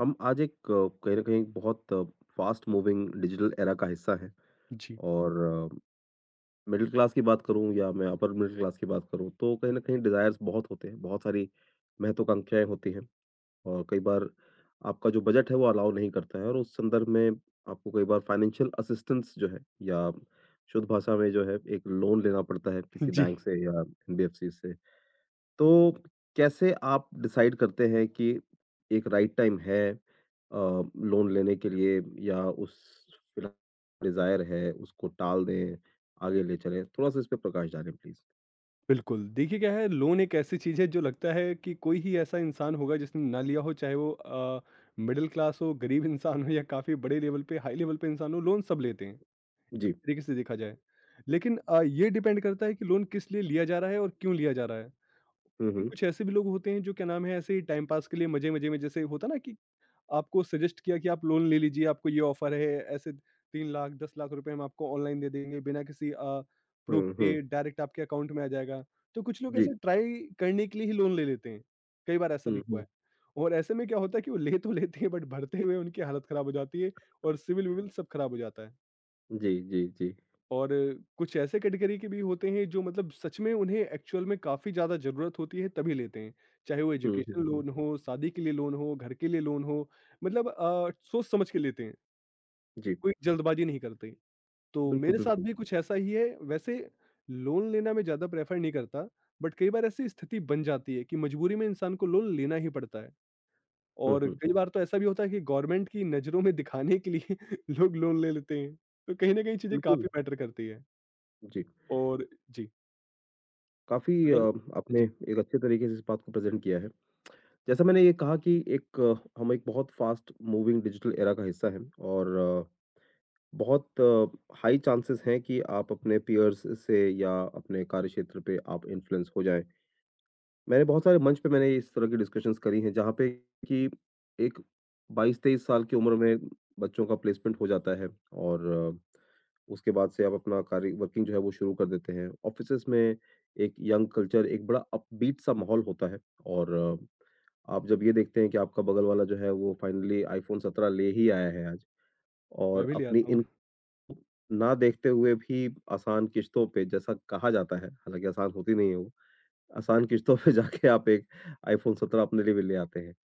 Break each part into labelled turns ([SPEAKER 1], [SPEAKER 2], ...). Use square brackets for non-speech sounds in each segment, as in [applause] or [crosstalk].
[SPEAKER 1] हम आज एक कहीं न कहीं बहुत फ़ास्ट मूविंग डिजिटल एरा का हिस्सा हैं
[SPEAKER 2] जी,
[SPEAKER 1] और मिडल क्लास की बात करूँ या मैं अपर मिडल क्लास की बात करूँ, तो कहीं न कहीं डिज़ायर्स बहुत होते हैं, बहुत सारी महत्वाकांक्षाएँ होती हैं और कई बार आपका जो बजट है वो अलाउ नहीं करता है और उस संदर्भ में आपको कई बार फाइनेंशियल असिस्टेंस जो है या शुद्ध भाषा में जो है एक लोन लेना पड़ता है किसी
[SPEAKER 2] जी,
[SPEAKER 1] बैंक से या एनबीएफसी से। तो कैसे आप डिसाइड करते हैं कि एक राइट टाइम है लोन लेने के लिए या उस डिजायर है उसको टाल दें आगे ले चलें थोड़ा सा इस पे प्रकाश डालें प्लीज।
[SPEAKER 2] बिल्कुल। देखिए क्या है लोन एक ऐसी चीज़ है जो लगता है कि कोई ही ऐसा इंसान होगा जिसने ना लिया हो, चाहे वो मिडल क्लास हो, गरीब इंसान हो या काफ़ी बड़े लेवल पे, हाई लेवल पे इंसान हो, लोन सब लेते हैं, एक
[SPEAKER 1] जी।
[SPEAKER 2] तरीके से देखा जाए। लेकिन ये डिपेंड करता है कि लोन किस लिए लिया जा रहा है और क्यों लिया जा रहा है। कि
[SPEAKER 1] हम्म।
[SPEAKER 2] कुछ ऐसे भी लोग होते हैं जो, क्या नाम है, ऐसे ही टाइम पास के लिए मज़े-मज़े में, जैसे होता है ना, कि आपको सजेस्ट किया कि आप लोन ले लीजिए, आपको ये ऑफर है, ऐसे 3 लाख, 10 लाख रुपए हम आपको ऑनलाइन दे देंगे, बिना किसी प्रूफ
[SPEAKER 1] हम्म हम्म,
[SPEAKER 2] के डायरेक्ट आपके अकाउंट में आ जाएगा। तो कुछ लोग
[SPEAKER 1] जी।
[SPEAKER 2] ऐसे ट्राई करने के लिए ही लोन ले लेते हैं, कई बार ऐसा भी हुआ
[SPEAKER 1] हम्म।
[SPEAKER 2] है। और ऐसे में क्या होता है कि वो ले तो लेते हैं, बट भरते हुए उनकी हालत खराब हो जाती है और सिविल-विविल सब खराब हो जाता है।
[SPEAKER 1] जी जी जी।
[SPEAKER 2] और कुछ ऐसे कैटेगरी के भी होते हैं जो, मतलब सच में उन्हें एक्चुअल में काफ़ी ज़्यादा ज़रूरत होती है तभी लेते हैं। चाहे वो
[SPEAKER 1] हम्म
[SPEAKER 2] एजुकेशन
[SPEAKER 1] हम्म हम्म,
[SPEAKER 2] लोन हो, शादी के लिए लोन हो, घर के लिए लोन हो, मतलब सोच समझ के लेते हैं,
[SPEAKER 1] जी।
[SPEAKER 2] कोई जल्दबाजी नहीं करते। तो
[SPEAKER 1] बिल्कुल
[SPEAKER 2] मेरे साथ
[SPEAKER 1] बिल्कुल।
[SPEAKER 2] भी कुछ ऐसा ही है, वैसे लोन लेना मैं ज़्यादा प्रेफ़र नहीं करता, बट कई बार ऐसी स्थिति बन जाती है कि मजबूरी में इंसान को लोन लेना ही पड़ता है। और
[SPEAKER 1] हम्म।
[SPEAKER 2] कई बार तो ऐसा भी होता है कि गवर्नमेंट की नज़रों में दिखाने के लिए [laughs] लोग लोन ले लेते हैं, तो कहीं न कहीं चीज़ें
[SPEAKER 1] बिल्कुल।
[SPEAKER 2] काफ़ी मैटर करती है।
[SPEAKER 1] जी।
[SPEAKER 2] और जी।
[SPEAKER 1] काफी
[SPEAKER 2] अगर
[SPEAKER 1] आपने
[SPEAKER 2] जी,
[SPEAKER 1] एक अच्छे तरीके से इस बात को प्रेजेंट किया है। जैसा मैंने ये कहा कि एक हम एक बहुत फास्ट मूविंग डिजिटल एरा का हिस्सा हैं और बहुत हाई चांसेस हैं कि आप अपने पीयर्स से या अपने कार्यक्षेत्र पे आप इन्फ्लुएंस हो जाएँ। मैंने बहुत सारे मंच पे मैंने इस तरह की डिस्कशंस करी हैं जहाँ पे कि एक 22-23 साल की उम्र में बच्चों का प्लेसमेंट हो जाता है और उसके बाद से आप अपना कार्य वर्किंग जो है वो शुरू कर देते हैं। ऑफ़िसेज़ में एक यंग कल्चर, एक बड़ा अपबीट सा माहौल होता है और आप जब ये देखते हैं कि आपका बगल वाला जो है वो फाइनली आईफ़ोन 17 ले ही आया है आज
[SPEAKER 2] मैं
[SPEAKER 1] और
[SPEAKER 2] भी ले
[SPEAKER 1] अपनी
[SPEAKER 2] आता हूँ।
[SPEAKER 1] इन ना देखते हुए भी आसान किश्तों पे जैसा कहा जाता है, हालाँकि आसान होती नहीं है वो, आसान किश्तों पे [laughs] जाके आप एक आईफ़ोन 17 अपने लिए भी ले आते हैं।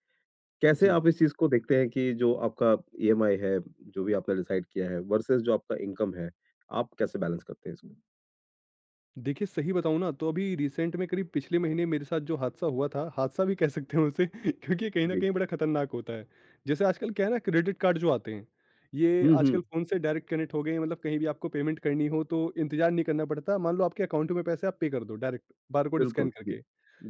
[SPEAKER 1] कैसे
[SPEAKER 2] जी।
[SPEAKER 1] आप इस चीज़ को देखते हैं कि जो आपका ईएमआई है, जो भी आपने डिसाइड किया है वर्सेस जो आपका इनकम है, आप कैसे बैलेंस करते हैं इसको?
[SPEAKER 2] देखिए, सही बताऊँ ना, तो अभी रिसेंट में करीब पिछले महीने मेरे साथ जो हादसा हुआ था, हादसा भी कह सकते हैं उसे, [laughs] क्योंकि ये कहीं न
[SPEAKER 1] जी।
[SPEAKER 2] कहीं बड़ा खतरनाक होता है। जैसे आजकल क्या है ना, क्रेडिट कार्ड जो आते हैं, ये
[SPEAKER 1] हुँ, हुँ,
[SPEAKER 2] आजकल फ़ोन से डायरेक्ट कनेक्ट हो गए हैं, मतलब कहीं भी आपको पेमेंट करनी हो तो इंतज़ार नहीं करना पड़ता। मान लो आपके अकाउंट में पैसे, आप पे कर दो डायरेक्ट बारकोड
[SPEAKER 1] बिल्कुल,
[SPEAKER 2] स्कैन
[SPEAKER 1] जी।
[SPEAKER 2] करके।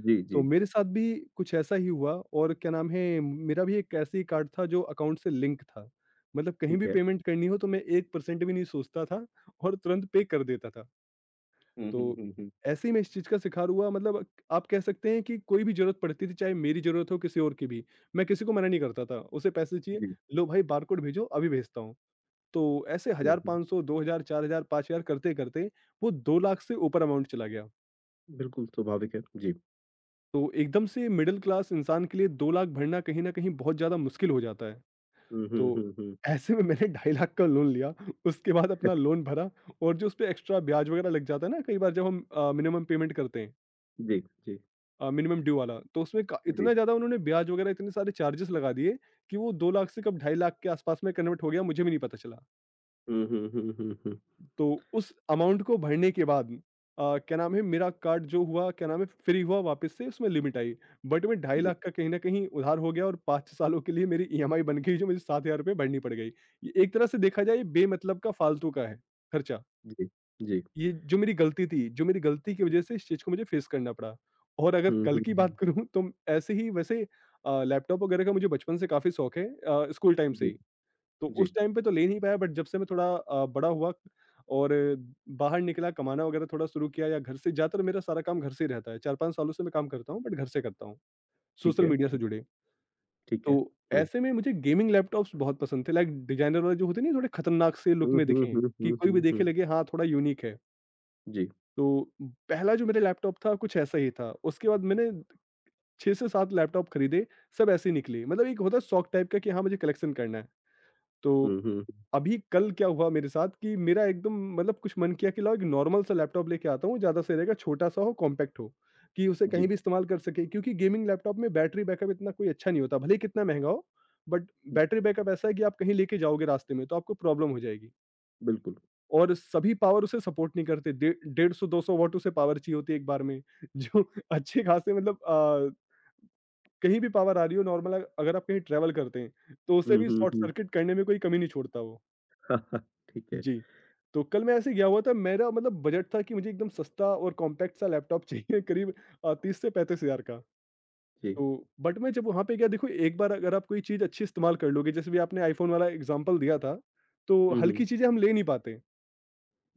[SPEAKER 1] जी,
[SPEAKER 2] तो
[SPEAKER 1] जी,
[SPEAKER 2] मेरे साथ भी कुछ ऐसा ही हुआ, और क्या नाम है, मेरा भी एक ऐसे ही कार्ड था जो अकाउंट से लिंक था। मतलब कहीं
[SPEAKER 1] ठीक
[SPEAKER 2] भी
[SPEAKER 1] है।
[SPEAKER 2] पेमेंट करनी हो तो मैं 1% भी नहीं सोचता था और तुरंत पे कर देता था।
[SPEAKER 1] हुँ, हुँ,
[SPEAKER 2] तो
[SPEAKER 1] हुँ, हुँ।
[SPEAKER 2] ऐसे ही मैं इस चीज़ का शिकार हुआ, मतलब आप कह सकते हैं कि कोई भी ज़रूरत पड़ती थी, चाहे मेरी ज़रूरत हो, किसी और की भी, मैं किसी को मना नहीं करता था। उसे पैसे चाहिए,
[SPEAKER 1] जी,
[SPEAKER 2] "लो भाई बारकोड भेजो, अभी भेजता हूँ।" तो ऐसे
[SPEAKER 1] हुँ, हुँ।
[SPEAKER 2] 1,500, 2,000, 4,000, 5,000 करते-करते वो 2 लाख से ऊपर अमाउंट चला गया।
[SPEAKER 1] बिल्कुल स्वाभाविक है। जी।
[SPEAKER 2] तो एकदम से मिडिल क्लास इंसान के लिए 2 लाख भरना कहीं न कहीं बहुत ज़्यादा मुश्किल हो जाता है।
[SPEAKER 1] हुँ,
[SPEAKER 2] तो
[SPEAKER 1] हुँ, हुँ, हुँ।
[SPEAKER 2] ऐसे में मैंने [laughs] 2,50,000 का लोन लिया, उसके बाद अपना लोन भरा। और जो उसपे एक्स्ट्रा ब्याज वगैरह लग जाता है ना, कई बार जब हम मिनिमम पेमेंट करते हैं,
[SPEAKER 1] जी, जी,
[SPEAKER 2] मिनिमम ड्यू वाला, तो उसमें का
[SPEAKER 1] जी।
[SPEAKER 2] इतना ज़्यादा उन्होंने ब्याज वगैरह, इतने सारे चार्जेज़ लगा दिए कि वो 2 लाख से कब 2,50,000 के आस-पास में कन्वर्ट हो गया, मुझे भी नहीं पता चला।
[SPEAKER 1] हुँ, हुँ, हुँ, हुँ, हुँ।
[SPEAKER 2] तो उस अमाउंट को भरने के बाद क्या नाम है, मेरा कार्ड जो हुआ, क्या नाम है, फ्री हुआ, वापस से उसमें लिमिट आई, बट में ढाई
[SPEAKER 1] जी,
[SPEAKER 2] लाख का कहीं ना कहीं उधार हो गया और 5 सालों के लिए मेरी ईएमआई बन गई, जो मुझे 7,000 रुपये भरनी पड़ गई। ये एक तरह से देखा जाए ये बेमतलब का फालतू का है खर्चा।
[SPEAKER 1] जी, जी।
[SPEAKER 2] ये जो मेरी गलती थी, जो मेरी गलती की वजह से इस चीज को मुझे फेस करना पड़ा। और अगर
[SPEAKER 1] हुँ,
[SPEAKER 2] कल
[SPEAKER 1] हुँ,
[SPEAKER 2] की
[SPEAKER 1] हुँ।
[SPEAKER 2] बात करूं तो, ऐसे ही वैसे लैपटॉप वगैरह का मुझे बचपन से काफी शौक है, स्कूल टाइम से
[SPEAKER 1] जी,
[SPEAKER 2] ही। तो
[SPEAKER 1] जी,
[SPEAKER 2] उस टाइम पे तो ले नहीं पाया, बट जब से मैं थोड़ा बड़ा हुआ और बाहर निकला, कमाना वगैरह थोड़ा शुरू किया, या घर से, ज़्यादातर मेरा सारा काम घर से ही रहता है, 4-5 सालों से मैं काम करता हूँ, बट घर से करता हूँ,
[SPEAKER 1] ठीक
[SPEAKER 2] सोशल
[SPEAKER 1] है,
[SPEAKER 2] मीडिया से
[SPEAKER 1] ठीक
[SPEAKER 2] जुड़े।
[SPEAKER 1] ठीक है।
[SPEAKER 2] तो
[SPEAKER 1] हुँ,
[SPEAKER 2] ऐसे में मुझे गेमिंग लैपटॉप्स बहुत पसंद थे, लाइक डिज़ाइनर वाले जो होते नहीं, थोड़े खतरनाक से लुक
[SPEAKER 1] हुँ,
[SPEAKER 2] में
[SPEAKER 1] हुँ,
[SPEAKER 2] दिखें
[SPEAKER 1] हुँ,
[SPEAKER 2] कि
[SPEAKER 1] हुँ,
[SPEAKER 2] कोई भी देखे लगे हाँ, थोड़ा यूनिक है।
[SPEAKER 1] जी,
[SPEAKER 2] तो पहला जो मेरा लैपटॉप था कुछ ऐसा ही था। उसके बाद मैंने 6 से 7 लैपटॉप खरीदे, सब ऐसे ही निकले। मतलब एक होता है शौक टाइप का, कि हाँ, मुझे कलेक्शन करना है। तो
[SPEAKER 1] हुँ, हुँ,
[SPEAKER 2] अभी कल क्या हुआ मेरे साथ, कि मेरा एकदम, मतलब कुछ मन किया कि लाओ एक नॉर्मल सा लैपटॉप लेके आता हूँ, ज़्यादा सही रहेगा, छोटा-सा हो, कॉम्पैक्ट हो, कि उसे
[SPEAKER 1] जी,
[SPEAKER 2] कहीं भी इस्तेमाल कर सके। क्योंकि गेमिंग लैपटॉप में बैटरी बैकअप इतना कोई अच्छा नहीं होता, भले ही कितना महँगा हो, बट बैटरी बैकअप ऐसा है कि आप कहीं लेके जाओगे रास्ते में तो आपको प्रॉब्लम हो जाएगी,
[SPEAKER 1] बिल्कुल।
[SPEAKER 2] और सभी पावर उसे सपोर्ट नहीं करते। डे 150-200 वॉट उसे पावर चाहिए होती है एक बार में, [laughs] जो अच्छे खासे, मतलब कहीं भी पावर आ रही हो नॉर्मल, अगर आप कहीं ट्रैवल करते हैं, तो उसे
[SPEAKER 1] हुँ,
[SPEAKER 2] भी
[SPEAKER 1] हुँ,
[SPEAKER 2] शॉर्ट
[SPEAKER 1] हुँ,
[SPEAKER 2] सर्किट करने में कोई कमी नहीं छोड़ता वो।
[SPEAKER 1] हाँ, हाँ, ठीक है,
[SPEAKER 2] जी। तो कल मैं ऐसे गया हुआ था, मेरा मतलब बजट था कि मुझे एकदम सस्ता और कॉम्पैक्ट सा लैपटॉप चाहिए, [laughs] करीब 30 से 35 हज़ार का।
[SPEAKER 1] जी,
[SPEAKER 2] तो बट मैं जब वहाँ पे गया, देखो एक बार अगर आप कोई चीज़ अच्छी इस्तेमाल कर लोगे, जैसे भी आपने आईफ़ोन वाला एग्ज़ाम्पल दिया था, तो
[SPEAKER 1] हुँ, हुँ,
[SPEAKER 2] हल्की चीज़ें हम ले नहीं पाते।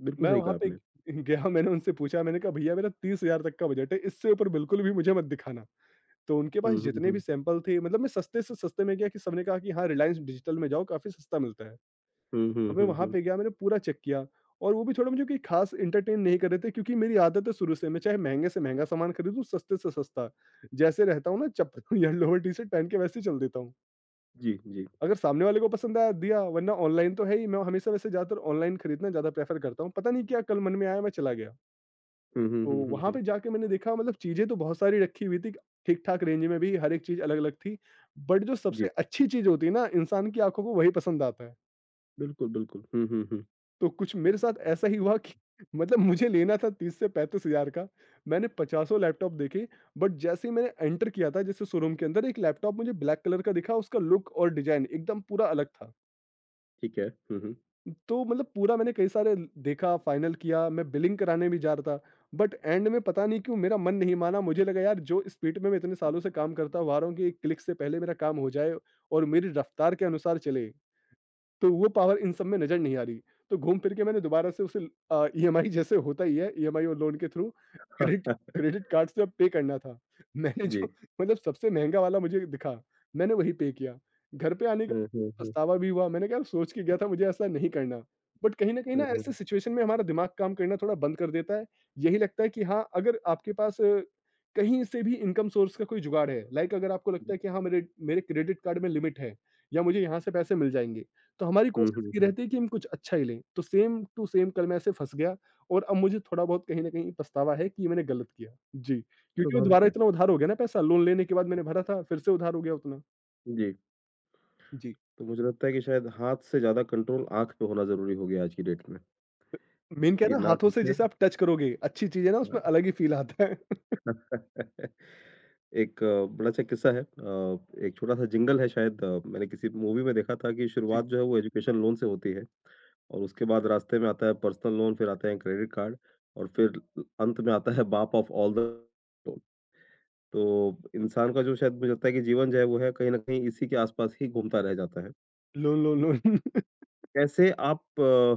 [SPEAKER 1] बिल्कुल
[SPEAKER 2] मैं
[SPEAKER 1] सही कहा
[SPEAKER 2] वहाँ पे
[SPEAKER 1] आपने।
[SPEAKER 2] [laughs] गया, मैंने उनसे पूछा, मैंने कहा भैया मेरा 30 हज़ार तक का बजट है, इससे ऊपर बिल्कुल भी मुझे मत दिखाना। तो उनके पास
[SPEAKER 1] हुँ, हुँ,
[SPEAKER 2] जितने भी
[SPEAKER 1] हुँ,
[SPEAKER 2] सैंपल थे, मतलब मैं सस्ते से सस्ते में गया, कि सबने कहा कि हाँ, रिलायंस डिजिटल में जाओ, काफ़ी सस्ता मिलता है।
[SPEAKER 1] हुँ, हुँ,
[SPEAKER 2] तो मैं
[SPEAKER 1] हुँ,
[SPEAKER 2] वहाँ
[SPEAKER 1] हुँ,
[SPEAKER 2] पे गया, मैंने पूरा चेक किया, और वो भी थोड़ा मुझे कोई खास एंटरटेन नहीं कर रहे थे, क्योंकि मेरी आदत है शुरू से, मैं चाहे महंगे से महंगा सामान खरीदूँ सस्ते से सस्ता, जैसे रहता हूँ ना चप्पल [laughs] या लोअर टी शर्ट पहन के, वैसे ही चल देता हूँ।
[SPEAKER 1] जी, जी,
[SPEAKER 2] अगर सामने वाले को पसंद आया दिया, वरना ऑनलाइन तो है ही, मैं हमेशा वैसे ज्यादातर ऑनलाइन खरीदना ज्यादा प्रेफर करता हूँ, पता नहीं क्या कल मन में आया, मैं चला गया।
[SPEAKER 1] हुँ, हुँ,
[SPEAKER 2] तो
[SPEAKER 1] हुँ, हुँ,
[SPEAKER 2] वहां
[SPEAKER 1] हुँ,
[SPEAKER 2] पे जाके मैंने देखा, मतलब चीजें तो बहुत सारी रखी हुई थी, ठीक ठाक रेंज में भी हर एक चीज अलग अलग थी। बट जो
[SPEAKER 1] जी,
[SPEAKER 2] सबसे अच्छी चीज होती है ना, इंसान की आंखों को वही पसंद आता है।
[SPEAKER 1] बिल्कुल, बिल्कुल, हुँ, हुँ, हुँ,
[SPEAKER 2] तो कुछ मेरे साथ ऐसा ही हुआ, कि मतलब मुझे लेना था 30 से 35,000 का, मैंने पचासों लैपटॉप देखे, बट जैसे ही मैंने एंटर किया था जैसे शोरूम के अंदर, एक लैपटॉप मुझे ब्लैक कलर का दिखा, उसका लुक और डिज़ाइन एकदम पूरा अलग था।
[SPEAKER 1] ठीक है, हुँ, हुँ,
[SPEAKER 2] तो मतलब पूरा मैंने कई सारे ल देखा, फाइनल किया, मैं बिलिंग कराने भी जा रहा था, बट एंड में पता नहीं क्यों मेरा मन नहीं माना, मुझे लगा यार, जो स्पीड में मैं इतने सालों से काम करता हुआ आ रहा हूँ, कि एक क्लिक से पहले मेरा काम हो जाए और मेरी रफ्तार के अनुसार चले। तो वो पावर इन सब में नज़र नहीं आ रही। तो घूम फिर के मैंने दोबारा से उसे, ईएमआई जैसे होता ही है, ईएमआई और लोन के थ्रू, क्रेडिट क्रेडिट कार्ड से अब पे करना था। [laughs] मैंने
[SPEAKER 1] जी,
[SPEAKER 2] जो, मतलब सबसे महँगा वाला मुझे दिखा, मैंने वही पे किया। घर पे आने के
[SPEAKER 1] हुँ, हुँ, हुँ,
[SPEAKER 2] पछतावा भी हुआ, मैंने कहा सोच के गया था मुझे ऐसा नहीं करना। बट कहीं न कहीं
[SPEAKER 1] हुँ,
[SPEAKER 2] ना, ऐसे
[SPEAKER 1] हुँ,
[SPEAKER 2] सिचुएशन में हमारा दिमाग काम करना थोड़ा बंद कर देता है। यही लगता है कि हाँ, अगर आपके पास कहीं से भी इनकम सोर्स का कोई जुगाड़ है, लाइक अगर आपको लगता है कि हाँ, मेरे मेरे क्रेडिट कार्ड में लिमिट है या मुझे यहाँ से पैसे मिल जाएँगे। तो हमारी
[SPEAKER 1] हुँ,
[SPEAKER 2] कोशिश
[SPEAKER 1] हुँ,
[SPEAKER 2] ये
[SPEAKER 1] हुँ,
[SPEAKER 2] रहती है कि हम कुछ अच्छा ही लें, तो सेम टू सेम कल मैं ऐसे फँस गया। और अब मुझे थोड़ा बहुत कहीं न कहीं पछतावा है कि ये मैंने गलत किया। जी, क्योंकि वो
[SPEAKER 1] स्वाभाविक
[SPEAKER 2] दोबारा
[SPEAKER 1] है।
[SPEAKER 2] इतना उधार हो गया ना पैसा, लोन लेने के बाद मैंने भरा था, फिर से उधार हो गया उतना।
[SPEAKER 1] जी,
[SPEAKER 2] जी,
[SPEAKER 1] तो मुझे लगता है कि शायद हाथ से ज़्यादा कंट्रोल आँख पे होना ज़रूरी हो गया आज की डेट में,
[SPEAKER 2] मेन क्या
[SPEAKER 1] कि
[SPEAKER 2] है ना,
[SPEAKER 1] ना
[SPEAKER 2] हाथों से
[SPEAKER 1] दिखे।
[SPEAKER 2] जैसे आप टच करोगे, अच्छी चीज़ है ना,
[SPEAKER 1] हाँ।
[SPEAKER 2] उसमें अलग ही फ़ील आता है। [laughs]
[SPEAKER 1] [laughs] एक बड़ा अच्छा किस्सा है एक छोटा-सा जिंगल है शायद मैंने किसी मूवी में देखा था कि
[SPEAKER 2] जी,
[SPEAKER 1] शुरुआत जो है वो एजुकेशन लोन से होती है और उसके बाद रास्ते में आता है पर्सनल लोन, फिर आते हैं क्रेडिट कार्ड और फिर अंत में आता है बाप ऑफ ऑल द लोन। तो इंसान का जो शायद मुझे लगता है कि जीवन जो है वो है कहीं न कहीं इसी के आस-पास ही घूमता रह जाता है।
[SPEAKER 2] Loan, loan, loan. [laughs]
[SPEAKER 1] कैसे आप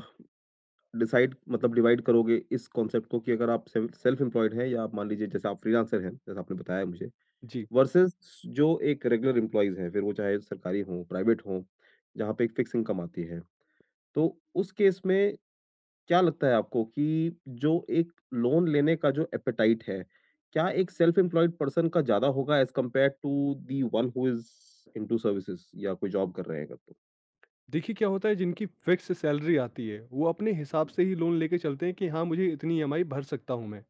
[SPEAKER 1] डिसाइड मतलब डिवाइड करोगे इस कॉन्सेप्ट को कि अगर आप सेल्फ एम्प्लॉयड हैं या आप मान लीजिए जैसे आप फ्रीलांसर हैं, जैसा आपने बताया मुझे।
[SPEAKER 2] जी।
[SPEAKER 1] वर्सेज़ जो एक रेगुलर एम्प्लॉइज़ हैं, फिर वो चाहे सरकारी हों, प्राइवेट हों, जहाँ पे एक फ़िक्स इनकम आती है। तो उस केस में क्या लगता है आपको कि जो एक लोन लेने का जो एपेटाइट है, क्या एक सेल्फ एम्प्लॉयड पर्सन का ज़्यादा होगा as compared to the one who is into services या कोई जॉब कर रहे हैं अगर तो?
[SPEAKER 2] देखिए क्या होता है, जिनकी फिक्स सैलरी आती है वो अपने हिसाब से ही लोन लेके चलते हैं कि हाँ मुझे इतनी ईएमआई भर सकता हूँ मैं,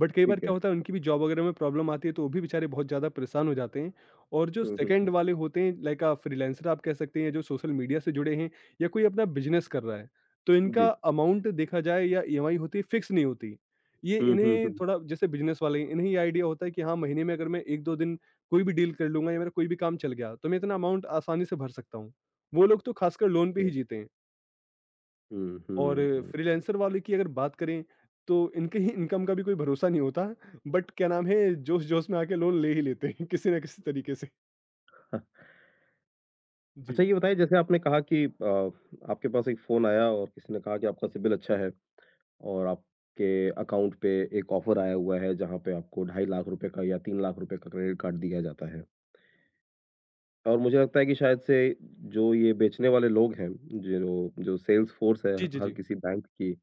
[SPEAKER 2] बट कई बार
[SPEAKER 1] ठीक
[SPEAKER 2] क्या
[SPEAKER 1] है।
[SPEAKER 2] होता है उनकी भी जॉब वगैरह में प्रॉब्लम आती है तो वो भी बेचारे बहुत ज़्यादा परेशान हो जाते हैं। और जो
[SPEAKER 1] हुँ, हुँ।
[SPEAKER 2] सेकंड वाले होते हैं लाइक आ फ्रीलांसर आप कह सकते हैं या जो सोशल मीडिया से जुड़े हैं या कोई अपना बिजनेस कर रहा है तो इनका
[SPEAKER 1] जी।
[SPEAKER 2] अमाउंट देखा जाए या ईएमआई होती है फिक्स नहीं होती। ये
[SPEAKER 1] हुँ, हुँ,
[SPEAKER 2] इन्हें
[SPEAKER 1] हुँ।
[SPEAKER 2] थोड़ा जैसे बिजनेस वाले हैं, इन्हें ये आइडिया होता है कि हाँ महीने में अगर मैं एक दो दिन कोई भी डील कर लूंगा या मेरा कोई भी काम चल गया तो मैं इतना अमाउंट आसानी से भर सकता हूँ। वो लोग तो खासकर लोन
[SPEAKER 1] ठीक
[SPEAKER 2] पे
[SPEAKER 1] है।
[SPEAKER 2] ही जीते हैं।
[SPEAKER 1] हुँ,
[SPEAKER 2] और
[SPEAKER 1] हुँ, हुँ।
[SPEAKER 2] फ्रीलांसर वाले की अगर बात करें तो इनके ही इनकम का भी कोई भरोसा नहीं होता। बट क्या नाम है जोश-जोश में आके लोन ले ही लेते हैं किसी ना किसी तरीके से।
[SPEAKER 1] [laughs]
[SPEAKER 2] जी।
[SPEAKER 1] अच्छा ये बताइए जैसे आपने कहा कि आपके पास एक फ़ोन आया और किसी ने कहा कि आपका सिबिल अच्छा है। और आपके अकाउंट पे एक ऑफर आया हुआ है जहाँ पे आपको ढाई लाख रुपए का या 3 लाख रुपए का क्रेडिट कार्ड दिया जाता है। और मुझे लगता है कि शायद से जो ये बेचने वाले लोग हैं, जो जो सेल्स फ़ोर्स है
[SPEAKER 2] जी, जी,
[SPEAKER 1] हर
[SPEAKER 2] जी।
[SPEAKER 1] किसी बैंक की, अ,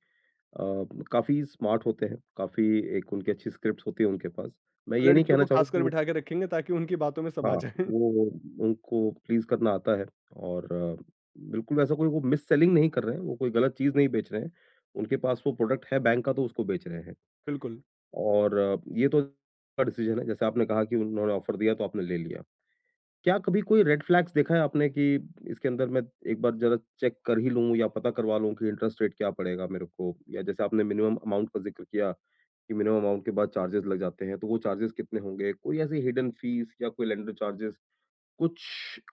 [SPEAKER 1] काफ़ी स्मार्ट होते हैं, काफ़ी एक उनकी अच्छी स्क्रिप्ट्स होती है उनके पास। मैं ये नहीं
[SPEAKER 2] लड़कियों
[SPEAKER 1] कहना
[SPEAKER 2] को
[SPEAKER 1] चाहूँगा कि
[SPEAKER 2] खासकर
[SPEAKER 1] वो।
[SPEAKER 2] बिठा के रखेंगे ताकि उनकी बातों में सब
[SPEAKER 1] हाँ,
[SPEAKER 2] आ जाए। [laughs]
[SPEAKER 1] वो उनको प्लीज़ करना आता है और बिल्कुल ऐसा कोई वो मिस सेलिंग नहीं कर रहे हैं, वो कोई गलत चीज़ नहीं बेच रहे हैं। उनके पास वो प्रोडक्ट है बैंक का तो उसको बेच रहे हैं।
[SPEAKER 2] बिल्कुल,
[SPEAKER 1] और ये तो का डिसीजन है, जैसे आपने कहा कि उन्होंने ऑफ़र दिया तो आपने ले लिया। क्या कभी कोई रेड फ्लैग्स देखा है आपने कि इसके अंदर मैं एक बार ज़रा चेक कर ही लूँ या पता करवा लूँ कि इंटरेस्ट रेट क्या पड़ेगा मेरे को? या जैसे आपने मिनिमम अमाउंट का ज़िक्र किया कि मिनिमम अमाउंट के बाद चार्जेज़ लग जाते हैं, तो वो चार्जेज़ कितने होंगे? कोई ऐसी हिडन फीस या कोई लेंडर चार्जेज़ कुछ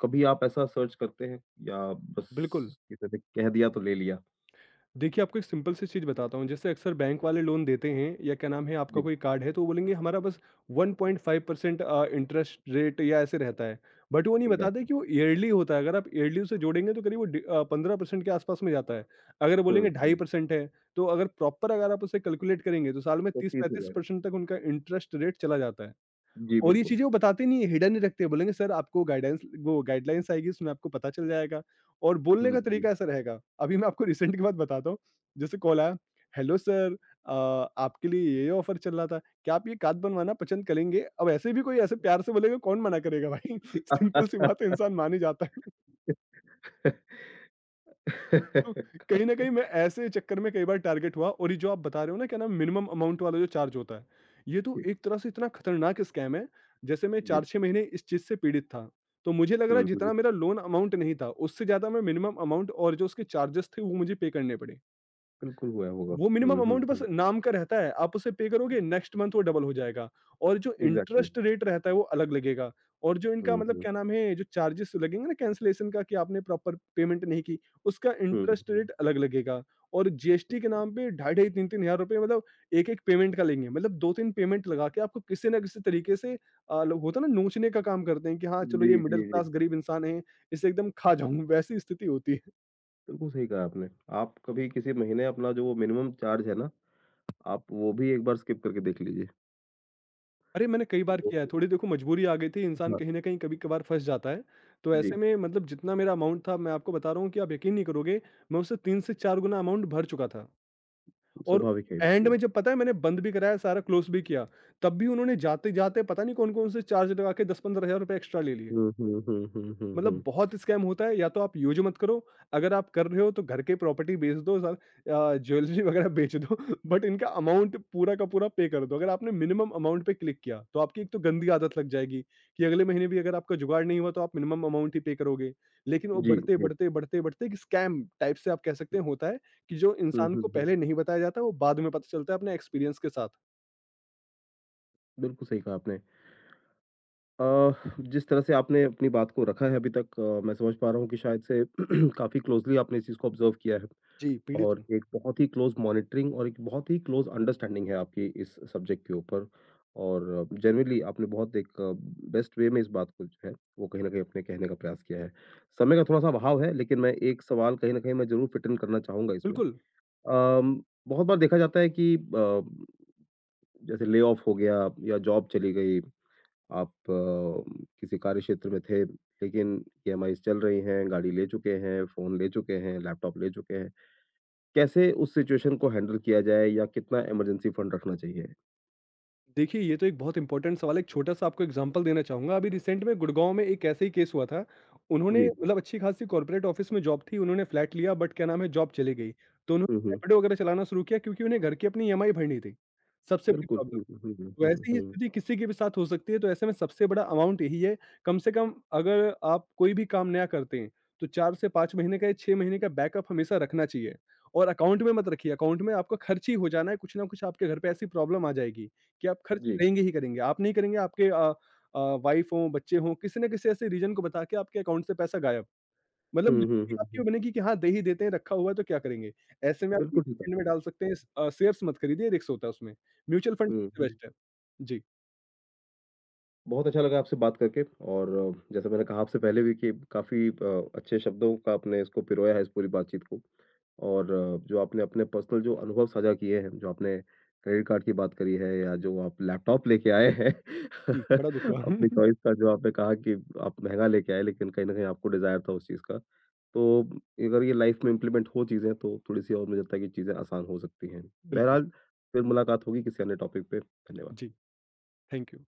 [SPEAKER 1] कभी आप ऐसा सर्च करते हैं या
[SPEAKER 2] बिल्कुल।
[SPEAKER 1] बस किसी ने कह दिया तो ले लिया?
[SPEAKER 2] देखिए, आपको एक सिंपल सी चीज़ बताता हूँ, जैसे अक्सर बैंक वाले लोन देते हैं या क्या नाम है आपका
[SPEAKER 1] जी,
[SPEAKER 2] कोई कार्ड है तो वो बोलेंगे हमारा बस 1.5% इंटरेस्ट रेट या ऐसे रहता है। बट वो नहीं बताते
[SPEAKER 1] एग्ज़ैक्टली।
[SPEAKER 2] कि वो ईयरली होता है, अगर आप ईयरली उसे जोड़ेंगे तो करीब वो 15% के आस-पास में जाता है। अगर
[SPEAKER 1] हुँ,
[SPEAKER 2] बोलेंगे
[SPEAKER 1] हुँ।
[SPEAKER 2] 2.5% है, तो अगर प्रॉपर अगर आप उसे कैलकुलेट करेंगे तो साल में
[SPEAKER 1] तो 30 हो जाएगा।
[SPEAKER 2] 30-35% तक उनका इंटरेस्ट रेट चला जाता है।
[SPEAKER 1] जी,
[SPEAKER 2] और ये
[SPEAKER 1] बिल्कुल।
[SPEAKER 2] चीज़ें वो बताते नहीं है, हिडन ही रखते हैं, बोलेंगे सर आपको गाइडेंस वो गाइडलाइंस आएगी उसमें आपको पता चल जाएगा और बोलने
[SPEAKER 1] हुँ,
[SPEAKER 2] का
[SPEAKER 1] हुँ।
[SPEAKER 2] तरीका ऐसा रहेगा। अभी मैं आपको रिसेंट की बात बताता हूँ, जैसे कॉल आया, हेलो सर अ, आपके लिए ये ऑफर चल रहा था, क्या आप ये कार्ड बनवाना पसंद करेंगे? अब ऐसे भी कोई ऐसे प्यार से बोलेगा कौन मना करेगा भाई? [laughs] सिंपल सी बात है
[SPEAKER 1] [laughs]
[SPEAKER 2] इंसान मान ही जाता है।
[SPEAKER 1] [laughs]
[SPEAKER 2] तो कहीं न
[SPEAKER 1] काफ़ी।
[SPEAKER 2] कहीं मैं ऐसे चक्कर में कई बार टारगेट हुआ और ये जो आप बता रहे हो ना क्या नाम मिनिमम अमाउंट वाला जो चार्ज होता है, ये तो एक तरह से इतना खतरनाक स्कैम है, जैसे मैं
[SPEAKER 1] जी।
[SPEAKER 2] 4-6 महीने इस चीज़ से पीड़ित था। तो मुझे लग रहा है
[SPEAKER 1] हुँ, हुँ।
[SPEAKER 2] जितना मेरा लोन अमाउंट नहीं था, उससे ज़्यादा मैं मिनिमम अमाउंट और जो उसके चार्जेस थे वो मुझे पे करने पड़े।
[SPEAKER 1] बिल्कुल हुआ होगा।
[SPEAKER 2] वो मिनिमम
[SPEAKER 1] हुँ, हुँ,
[SPEAKER 2] अमाउंट बस
[SPEAKER 1] हुँ।
[SPEAKER 2] नाम का रहता है, आप उसे पे करोगे नेक्स्ट मंथ वो डबल हो जाएगा और जो
[SPEAKER 1] एग्ज़ैक्टली।
[SPEAKER 2] इंटरेस्ट रेट रहता है वो अलग लगेगा। और जो इनका
[SPEAKER 1] हुँ,
[SPEAKER 2] मतलब
[SPEAKER 1] हुँ।
[SPEAKER 2] क्या नाम है, जो चार्जेस लगेंगे ना कैंसलेशन का कि आपने प्रॉपर पेमेंट नहीं की, उसका
[SPEAKER 1] हुँ,
[SPEAKER 2] इंटरेस्ट
[SPEAKER 1] हुँ।
[SPEAKER 2] रेट अलग लगेगा। और जीएसटी के नाम पे ढाई ढाई, 3-3 हज़ार रुपए मतलब एक-एक पेमेंट का लेंगे। मतलब 2-3 पेमेंट लगा के आपको किसी ना किसी तरीके से अ, ल होता है ना नोचने का काम करते हैं कि हाँ, चलो ये
[SPEAKER 1] जी, जी,
[SPEAKER 2] मिडल
[SPEAKER 1] जी।
[SPEAKER 2] क्लास गरीब इंसान है, इसे एकदम खा जाऊँ, वैसी स्थिति होती है।
[SPEAKER 1] बिल्कुल सही कहा आपने। आप कभी किसी महीने अपना जो वो मिनिमम चार्ज है ना, आप वो भी एक बार स्किप करके देख लीजिए।
[SPEAKER 2] अरे! मैंने कई बार
[SPEAKER 1] तो
[SPEAKER 2] किया है, थोड़ी देखो मजबूरी आ गई थी, इंसान
[SPEAKER 1] हाँ,
[SPEAKER 2] कहीं न कहीं कभी-कभार फँस जाता है। तो ऐसे
[SPEAKER 1] जी,
[SPEAKER 2] में मतलब जितना मेरा अमाउंट था, मैं आपको बता रहा हूँ कि आप यकीन नहीं करोगे, मैं उससे 3 से 4 गुना अमाउंट भर चुका था। और
[SPEAKER 1] स्वाभाविक है ये बात
[SPEAKER 2] एंड
[SPEAKER 1] ये।
[SPEAKER 2] में जब पता है मैंने बंद भी कराया, सारा क्लोज़ भी किया, तब भी उन्होंने जाते-जाते पता नहीं कौन-कौन से चार्ज लगा के 10-15 हज़ार रुपए एक्स्ट्रा ले लिए।
[SPEAKER 1] हुँ, हुँ, हुँ, हुँ, हुँ,
[SPEAKER 2] मतलब
[SPEAKER 1] हुँ।
[SPEAKER 2] बहुत स्कैम होता है या तो आप यूज़ मत करो, अगर आप कर रहे हो तो घर के प्रॉपर्टी बेच दो सर ज्वेलरी वगैरह बेच दो [laughs] बट इनका अमाउंट पूरा का पूरा पे कर दो। अगर आपने मिनिमम अमाउंट पे क्लिक किया, तो आपकी एक तो गंदी आदत लग जाएगी कि अगले महीने भी अगर आपका जुगाड़ नहीं हुआ तो आप मिनिमम अमाउंट ही पे करोगे। लेकिन वो
[SPEAKER 1] जी,
[SPEAKER 2] बढ़ते,
[SPEAKER 1] जी।
[SPEAKER 2] बढ़ते, बढ़ते, बढ़ते एक स्कैम टाइप से आप कह सकते हैं होता है कि जो
[SPEAKER 1] हुँ,
[SPEAKER 2] इंसान
[SPEAKER 1] हुँ,
[SPEAKER 2] को
[SPEAKER 1] हुँ।
[SPEAKER 2] पहले नहीं बताया जाता, वो बाद में पता चलता है अपने एक्सपीरियंस के साथ।
[SPEAKER 1] बिल्कुल सही कहा आपने। अ, जिस तरह से आपने अपनी बात को रखा है अभी तक मैं समझ पा रहा हूँ कि शायद से [clears throat] काफ़ी क्लोज़ली आपने इस चीज़ को ऑब्ज़र्व किया है।
[SPEAKER 2] जी, पीड़ित
[SPEAKER 1] और
[SPEAKER 2] हूँ।
[SPEAKER 1] एक बहुत ही क्लोज़ मॉनिटरिंग और एक बहुत ही क्लोज़ अंडरस्टैंडिंग है आपकी इस सब्जेक्ट के ऊपर। और जेनुइनली आपने बहुत एक बेस्ट वे में इस बात को जो है, वो कहीं न कहीं अपने कहने का प्रयास किया है। समय का थोड़ा-सा अभाव है, लेकिन मैं एक सवाल कहीं न कहीं मैं ज़रूर फिट इन करना चाहूँगा इसमें।
[SPEAKER 2] बिल्कुल।
[SPEAKER 1] अम, बहुत बार देखा जाता है कि जैसे ले ऑफ हो गया या जॉब चली गई, आप किसी कार्य क्षेत्र में थे, लेकिन ईएमआईज़ चल रही हैं, गाड़ी ले चुके हैं, फ़ोन ले चुके हैं, लैपटॉप ले चुके हैं। कैसे उस सिचुएशन को हैंडल किया जाए या कितना इमरजेंसी फंड रखना चाहिए?
[SPEAKER 2] देखिए, ये तो एक बहुत इम्पोर्टेंट सवाल है, एक छोटा-सा आपको एग्ज़ाम्पल देना चाहूँगा। अभी रिसेंट में गुड़गाँव में एक ऐसे ही केस हुआ था। उन्होंने
[SPEAKER 1] जी।
[SPEAKER 2] मतलब अच्छी खासी कॉर्पोरेट ऑफ़िस में जॉब थी, उन्होंने फ्लैट लिया बट क्या नाम है जॉब चली गई। तो
[SPEAKER 1] हुँ,
[SPEAKER 2] उन्होंने
[SPEAKER 1] हुँ।
[SPEAKER 2] रैपिडो वगैरह चलाना शुरू किया क्योंकि उन्हें घर की अपनी ईएमआई भरनी थी, सबसे बड़ी
[SPEAKER 1] बिल्कुल।
[SPEAKER 2] प्रॉब्लम।
[SPEAKER 1] हुँ, हुँ, हुँ, हुँ, हुँ,
[SPEAKER 2] वैसी ही
[SPEAKER 1] हुँ।
[SPEAKER 2] स्थिति किसी के भी साथ हो सकती है, तो ऐसे में सबसे बड़ा अमाउंट यही है, कम से कम अगर आप कोई भी काम नया करते हैं, तो 4 से 5 महीने का या 6 महीने का बैकअप हमेशा रखना चाहिए। और अकाउंट में मत रखिए, अकाउंट में आपका खर्च ही हो जाना है, कुछ ना कुछ आपके घर पे ऐसी प्रॉब्लम आ जाएगी कि आप खर्च
[SPEAKER 1] जी।
[SPEAKER 2] करेंगे ही करेंगे। आप नहीं करेंगे, आपके वाइफ़ हों, बच्चे हों, किसी न किसी ऐसे रीज़न को बता के आपके अकाउंट से पैसा गायब। मतलब
[SPEAKER 1] हुँ, हुँ,
[SPEAKER 2] लिट्टी
[SPEAKER 1] हुँ, हुँ।
[SPEAKER 2] आपकी बनेगी कि हाँ, दे ही देते हैं, रखा हुआ है तो क्या करेंगे? ऐसे में आप
[SPEAKER 1] बिल्कुल
[SPEAKER 2] म्यूचुअल
[SPEAKER 1] ठीक
[SPEAKER 2] फंड में
[SPEAKER 1] आपने।
[SPEAKER 2] डाल सकते हैं, शेयर्स मत खरीदिए, रिस्क होता है उसमें। म्यूचुअल फंड
[SPEAKER 1] हुँ,
[SPEAKER 2] सबसे
[SPEAKER 1] हुँ।
[SPEAKER 2] बेस्ट है। जी,
[SPEAKER 1] बहुत अच्छा लगा आपसे बात करके और जैसा मैंने कहा आपसे पहले भी कि काफ़ी अच्छे शब्दों का आपने इसको पिरोया है इस पूरी बातचीत को। और जो आपने अपने पर्सनल जो अनुभव साझा किए हैं, जो आपने क्रेडिट कार्ड की बात करी है या जो आप लैपटॉप लेके आए हैं,
[SPEAKER 2] जी, बड़ा दुख
[SPEAKER 1] [laughs]
[SPEAKER 2] हुआ।
[SPEAKER 1] अपनी चॉइस
[SPEAKER 2] [laughs]
[SPEAKER 1] का जो आपने कहा कि आप महँगा लेके आए, लेकिन कहीं न कहीं आपको डिज़ायर था उस चीज़ का। तो अगर ये लाइफ़ में इम्प्लीमेंट हो चीज़ें, तो थोड़ी-सी और मुझे लगता है कि चीज़ें आसान हो सकती हैं।
[SPEAKER 2] बिल्कुल,
[SPEAKER 1] बहरहाल, फिर मुलाकात होगी किसी अन्य टॉपिक पे।
[SPEAKER 2] जी,
[SPEAKER 1] धन्यवाद।
[SPEAKER 2] Thank you.